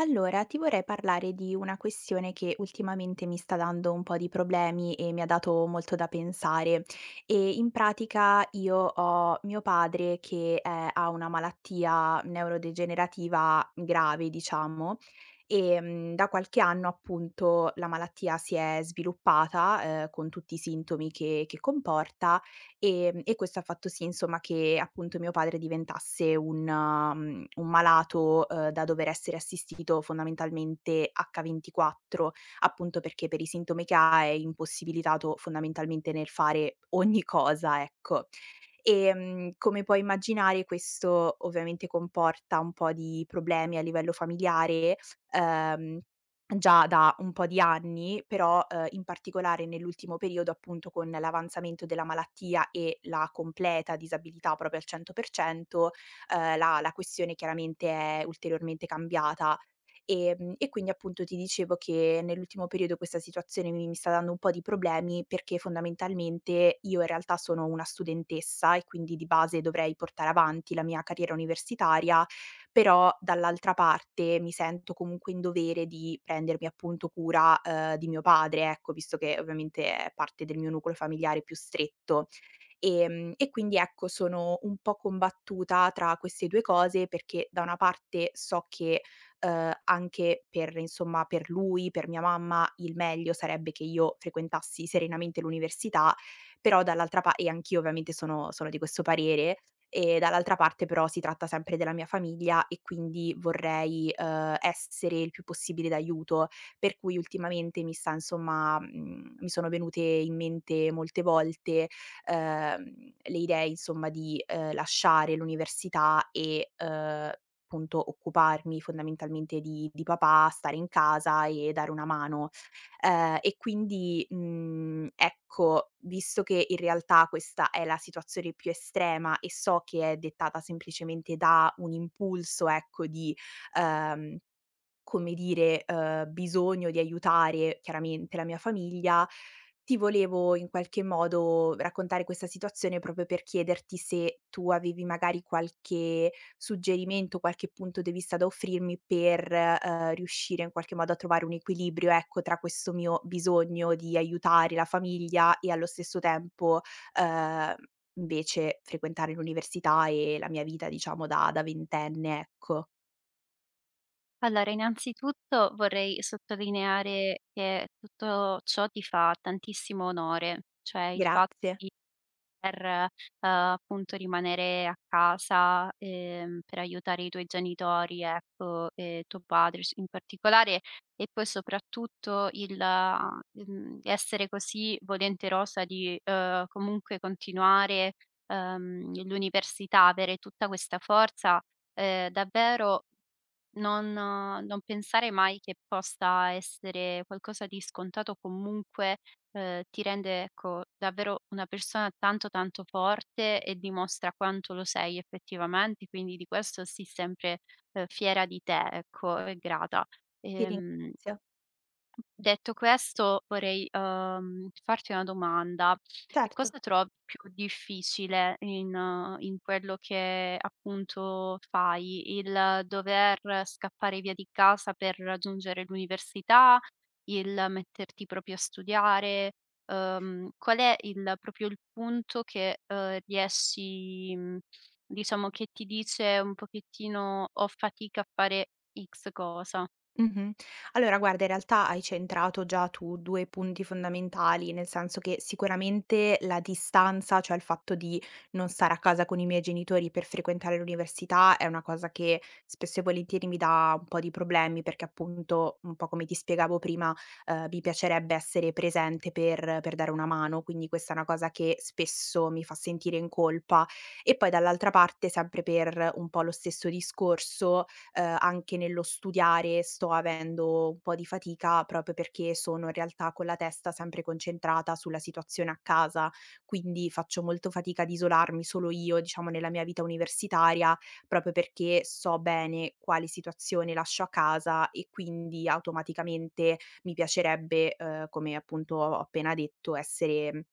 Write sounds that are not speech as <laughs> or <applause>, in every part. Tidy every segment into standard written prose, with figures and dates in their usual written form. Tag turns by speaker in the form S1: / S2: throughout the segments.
S1: Allora, ti vorrei parlare di una questione che ultimamente mi sta dando un po' di problemi e mi ha dato molto da pensare. E in pratica io ho mio padre che ha una malattia neurodegenerativa grave, diciamo, e da qualche anno appunto la malattia si è sviluppata, con tutti i sintomi che comporta. E questo ha fatto sì insomma che appunto mio padre diventasse un malato, da dover essere assistito fondamentalmente H24, appunto perché per i sintomi che ha è impossibilitato fondamentalmente nel fare ogni cosa, ecco. Come puoi immaginare questo ovviamente comporta un po' di problemi a livello familiare. uhm Già da un po' di anni, però, in particolare nell'ultimo periodo, appunto, con l'avanzamento della malattia e la completa disabilità proprio al 100%, la questione chiaramente è ulteriormente cambiata. E quindi appunto ti dicevo che nell'ultimo periodo questa situazione mi sta dando un po' di problemi, perché fondamentalmente io in realtà sono una studentessa e quindi di base dovrei portare avanti la mia carriera universitaria, però dall'altra parte mi sento comunque in dovere di prendermi appunto cura, di mio padre, ecco, visto che ovviamente è parte del mio nucleo familiare più stretto. E quindi ecco sono un po' combattuta tra queste 2 cose, perché da una parte so che, anche per insomma per lui, per mia mamma, il meglio sarebbe che io frequentassi serenamente l'università. Però dall'altra pa e anch'io ovviamente sono di questo parere, e dall'altra parte però si tratta sempre della mia famiglia e quindi vorrei, essere il più possibile d'aiuto. Per cui ultimamente mi sta insomma, mi sono venute in mente molte volte ehm, le idee insomma di, lasciare l'università e, appunto occuparmi fondamentalmente di papà, stare in casa e dare una mano. E quindi, ecco, visto che in realtà questa è la situazione più estrema e so che è dettata semplicemente da un impulso, ecco, di, ehm come dire, bisogno di aiutare chiaramente la mia famiglia, ti volevo in qualche modo raccontare questa situazione proprio per chiederti se tu avevi magari qualche suggerimento, qualche punto di vista da offrirmi per, riuscire in qualche modo a trovare un equilibrio, ecco, tra questo mio bisogno di aiutare la famiglia e allo stesso tempo, uhm, invece frequentare l'università e la mia vita diciamo da ventenne, ecco.
S2: Allora, innanzitutto vorrei sottolineare che tutto ciò ti fa tantissimo onore, cioè il fatto
S1: Grazie,
S2: di poter, appunto rimanere a casa, per aiutare i tuoi genitori, ecco, e tuo padre s in particolare, e poi soprattutto il essere così volenterosa di, comunque continuare, l'università, avere tutta questa forza, davvero non pensare mai che possa essere qualcosa di scontato, comunque, ti rende, ecco, davvero una persona tanto, tanto forte e dimostra quanto lo sei effettivamente, quindi di questo sii sempre, fiera di te, ecco, e grata.
S1: ti
S2: Ehm
S1: ringrazio.
S2: Detto questo vorrei, farti una domanda: che
S1: Certo.
S2: cosa trovi più difficile in quello che appunto fai? Il dover scappare via di casa per raggiungere l'università, il metterti proprio a studiare, qual è il proprio il punto che, riesci diciamo che ti dice un pochettino: "Ho fatica a fare X cosa"?
S1: Mh-mh. Allora guarda, in realtà hai centrato già tu 2 punti fondamentali, nel senso che sicuramente la distanza, cioè il fatto di non stare a casa con i miei genitori per frequentare l'università è una cosa che spesso e volentieri mi dà un po' di problemi, perché appunto, un po' come ti spiegavo prima, mi piacerebbe essere presente per dare una mano, quindi questa è una cosa che spesso mi fa sentire in colpa. E poi dall'altra parte, sempre per un po' lo stesso discorso, anche nello studiare sto avendo un po' di fatica, proprio perché sono in realtà con la testa sempre concentrata sulla situazione a casa, quindi faccio molto fatica ad isolarmi solo io, diciamo, nella mia vita universitaria, proprio perché so bene quali situazioni lascio a casa e quindi automaticamente mi piacerebbe, come appunto ho appena detto, essere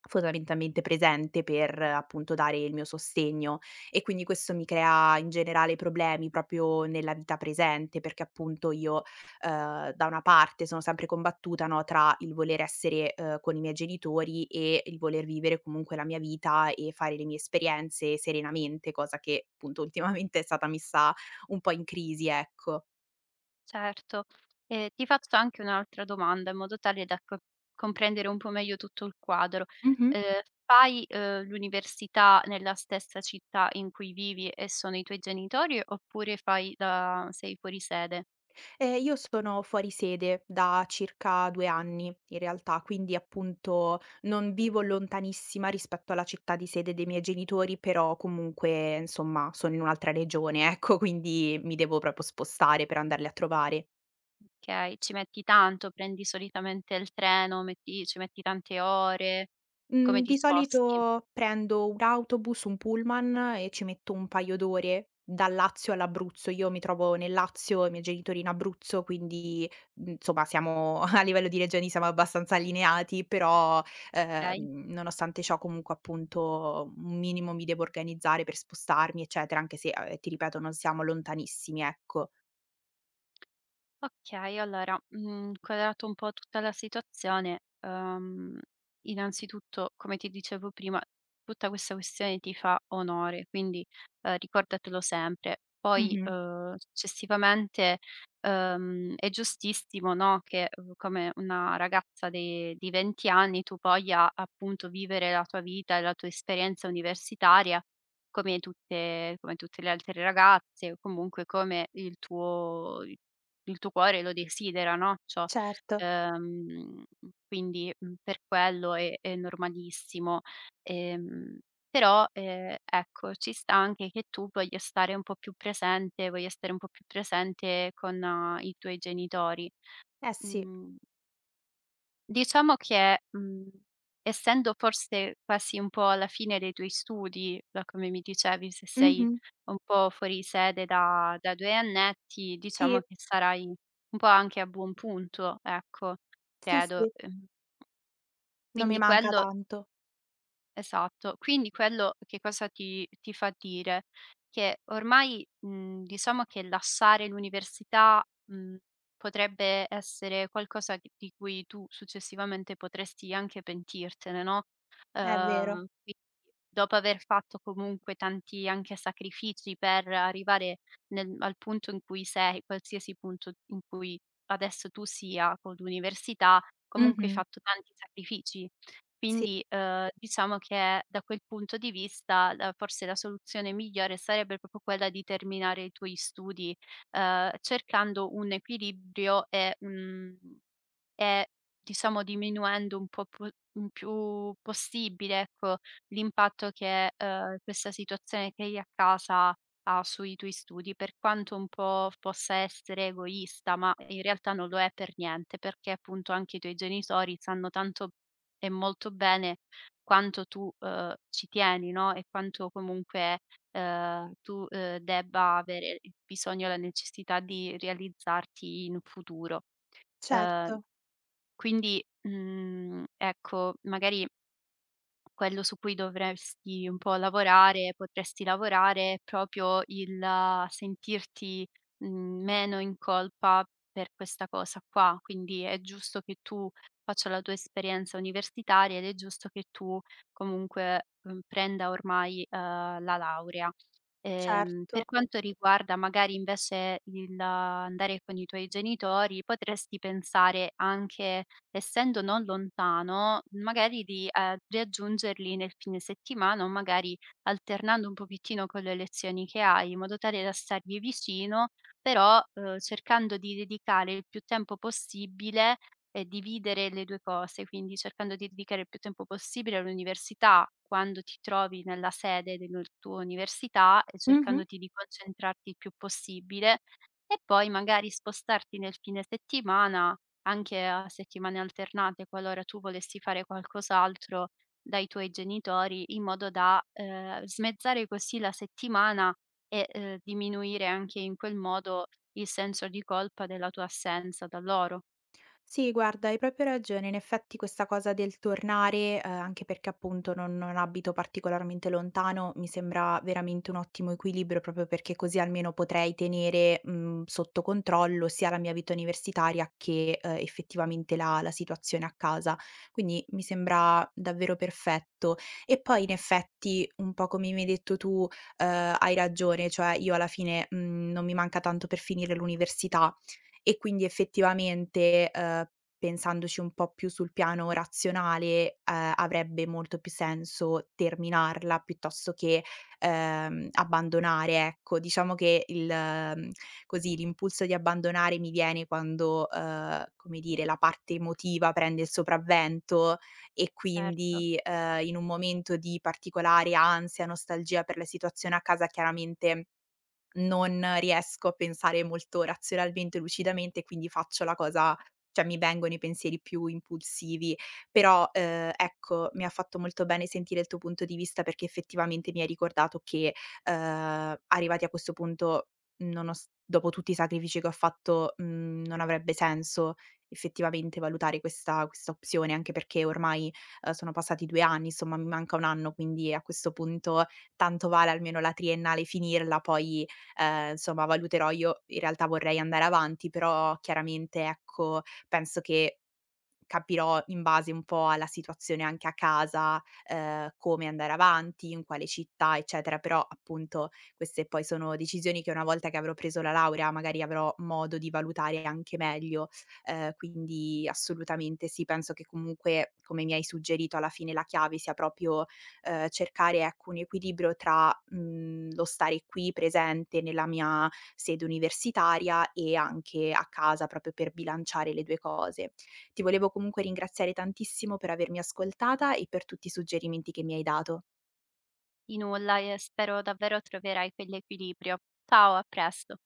S1: fondamentalmente presente per, appunto, dare il mio sostegno. E quindi questo mi crea in generale problemi proprio nella vita presente, perché appunto io, da una parte sono sempre combattuta, no, tra il voler essere, con i miei genitori e il voler vivere comunque la mia vita e fare le mie esperienze serenamente, cosa che, appunto, <laughs> ultimamente è stata messa un po' in crisi, ecco.
S2: Certo. Ti faccio anche un'altra domanda in modo tale da co comprendere un po' meglio tutto il quadro.
S1: Mh-mh.
S2: Fai, l'università nella stessa città in cui vivi e sono i tuoi genitori oppure fai la sei fuori sede?
S1: Io sono fuori sede da circa 2 anni in realtà, quindi appunto non vivo lontanissima rispetto alla città di sede dei miei genitori, però comunque insomma sono in un'altra regione, ecco, quindi mi devo proprio spostare per andarli a trovare.
S2: Okay, ci metti tanto, prendi solitamente il treno, metti ci metti tante ore, come
S1: Mhmm,
S2: ti
S1: di
S2: sposti?
S1: solito prendo un autobus, un pullman e ci metto un paio d'ore, dal Lazio all'Abruzzo. Io mi trovo nel Lazio, i miei genitori in Abruzzo, quindi, insomma siamo <laughs> a livello di regioni siamo abbastanza allineati, però,
S2: Okay.
S1: nonostante ciò comunque appunto un minimo mi devo organizzare per spostarmi, eccetera, anche se, ti ripeto non siamo lontanissimi, ecco.
S2: Okay, allora, quadrato un po' tutta la situazione, innanzitutto, come ti dicevo prima, tutta questa questione ti fa onore, quindi, ricordatelo sempre. Poi,
S1: Mh-mh,
S2: successivamente, è giustissimo, no, che, come una ragazza de di 20 anni tu voglia, appunto, vivere la tua vita e la tua esperienza universitaria come tutte le altre ragazze o comunque come il tuo cuore lo desidera, no, ciò.
S1: certo.
S2: Ehm, quindi, per quello è normalissimo. Ehm, però, ecco, ci sta anche che tu voglia stare un po' più presente con i tuoi genitori.
S1: Eh sì.
S2: Mhmm. Diciamo che, essendo forse quasi un po' alla fine dei tuoi studi, da come mi dicevi, se sei
S1: Mh-mh.
S2: un po' fuori sede da 2 annetti, diciamo
S1: Sì,
S2: che sarai un po' anche a buon punto, ecco,
S1: sì,
S2: credo.
S1: sì, non mi
S2: Quindi
S1: manca
S2: quello
S1: tanto.
S2: esatto. Quindi quello che cosa ti ti fa dire? Che ormai, diciamo che lasciare l'università, mhmm, potrebbe essere qualcosa di cui tu successivamente potresti anche pentirtene, no,
S1: È vero.
S2: quindi dopo aver fatto comunque tanti anche sacrifici per arrivare nel al punto in cui sei, qualsiasi punto in cui adesso tu sia con l'università, comunque hai
S1: Mh-mh.
S2: fatto tanti sacrifici.
S1: Sì,
S2: Quindi, diciamo che da quel punto di vista la forse la soluzione migliore sarebbe proprio quella di terminare i tuoi studi, cercando un equilibrio e, mhmm e diciamo diminuendo un po' po in più possibile, ecco, l'impatto che, questa situazione che hai a casa ha sui tuoi studi, per quanto un po' possa essere egoista, ma in realtà non lo è per niente, perché appunto anche i tuoi genitori sanno tanto e molto bene quanto tu, ci tieni, no, e quanto comunque, tu, debba avere il bisogno e la necessità di realizzarti in futuro. Ehm
S1: certo,
S2: quindi, ecco, magari quello su cui dovresti un po' lavorare, potresti lavorare, è proprio il sentirti, meno in colpa per questa cosa qua. Quindi è giusto che tu faccia la tua esperienza universitaria ed è giusto che tu comunque, prenda ormai, la laurea. Per
S1: certo.
S2: quanto riguarda magari invece il andare con i tuoi genitori, potresti pensare anche, essendo non lontano, magari di, riaggiungerli nel fine settimana o magari alternando un pochettino con le lezioni che hai, in modo tale da stargli vicino, però, cercando di dedicare il più tempo possibile dividere le 2 cose, quindi cercando di dedicare il più tempo possibile all'università, quando ti trovi nella sede del tua università e
S1: Mh-mh.
S2: cercandoti di concentrarti il più possibile, e poi magari spostarti nel fine settimana anche a settimane alternate, qualora tu volessi fare qualcos'altro dai tuoi genitori, in modo da, smezzare così la settimana e, diminuire anche in quel modo il senso di colpa della tua assenza da loro.
S1: Sì, guarda, hai proprio ragione. In effetti questa cosa del tornare, anche perché appunto non abito particolarmente lontano, mi sembra veramente un ottimo equilibrio, proprio perché così almeno potrei tenere, sotto controllo sia la mia vita universitaria che, effettivamente la situazione a casa. Quindi mi sembra davvero perfetto. E poi in effetti, un po' come mi hai detto tu, eh, hai ragione, cioè io alla fine, non mi manca tanto per finire l'università e quindi effettivamente, pensandoci un po' più sul piano razionale, avrebbe molto più senso terminarla piuttosto che, abbandonare, ecco. Diciamo che così l'impulso di abbandonare mi viene quando, come dire, la parte emotiva prende il sopravvento e
S2: Certo.
S1: quindi, in un momento di particolare ansia, nostalgia per la situazione a casa, chiaramente non riesco a pensare molto razionalmente, lucidamente, quindi faccio la cosa, cioè mi vengono i pensieri più impulsivi. Però, ecco, mi ha fatto molto bene sentire il tuo punto di vista perché effettivamente mi hai ricordato che, arrivati a questo punto, nonos dopo tutti i sacrifici che ho fatto, non avrebbe senso effettivamente valutare questa opzione, anche perché ormai, sono passati 2 anni, insomma mi manca 1 anno, quindi a questo punto tanto vale almeno la triennale finirla, poi insomma valuterò, io in realtà vorrei andare avanti, però chiaramente, ecco, penso che capirò in base un po' alla situazione anche a casa, come andare avanti, in quale città, eccetera. Però appunto queste poi sono decisioni che una volta che avrò preso la laurea magari avrò modo di valutare anche meglio. Quindi assolutamente sì, penso che comunque, come mi hai suggerito, alla fine la chiave sia proprio, cercare ecco un equilibrio tra, lo stare qui presente nella mia sede universitaria e anche a casa, proprio per bilanciare le 2 cose. Ti volevo comunque ringraziare tantissimo per avermi ascoltata e per tutti i suggerimenti che mi hai dato.
S2: Di nulla e spero davvero troverai quell'equilibrio. Ciao, a presto.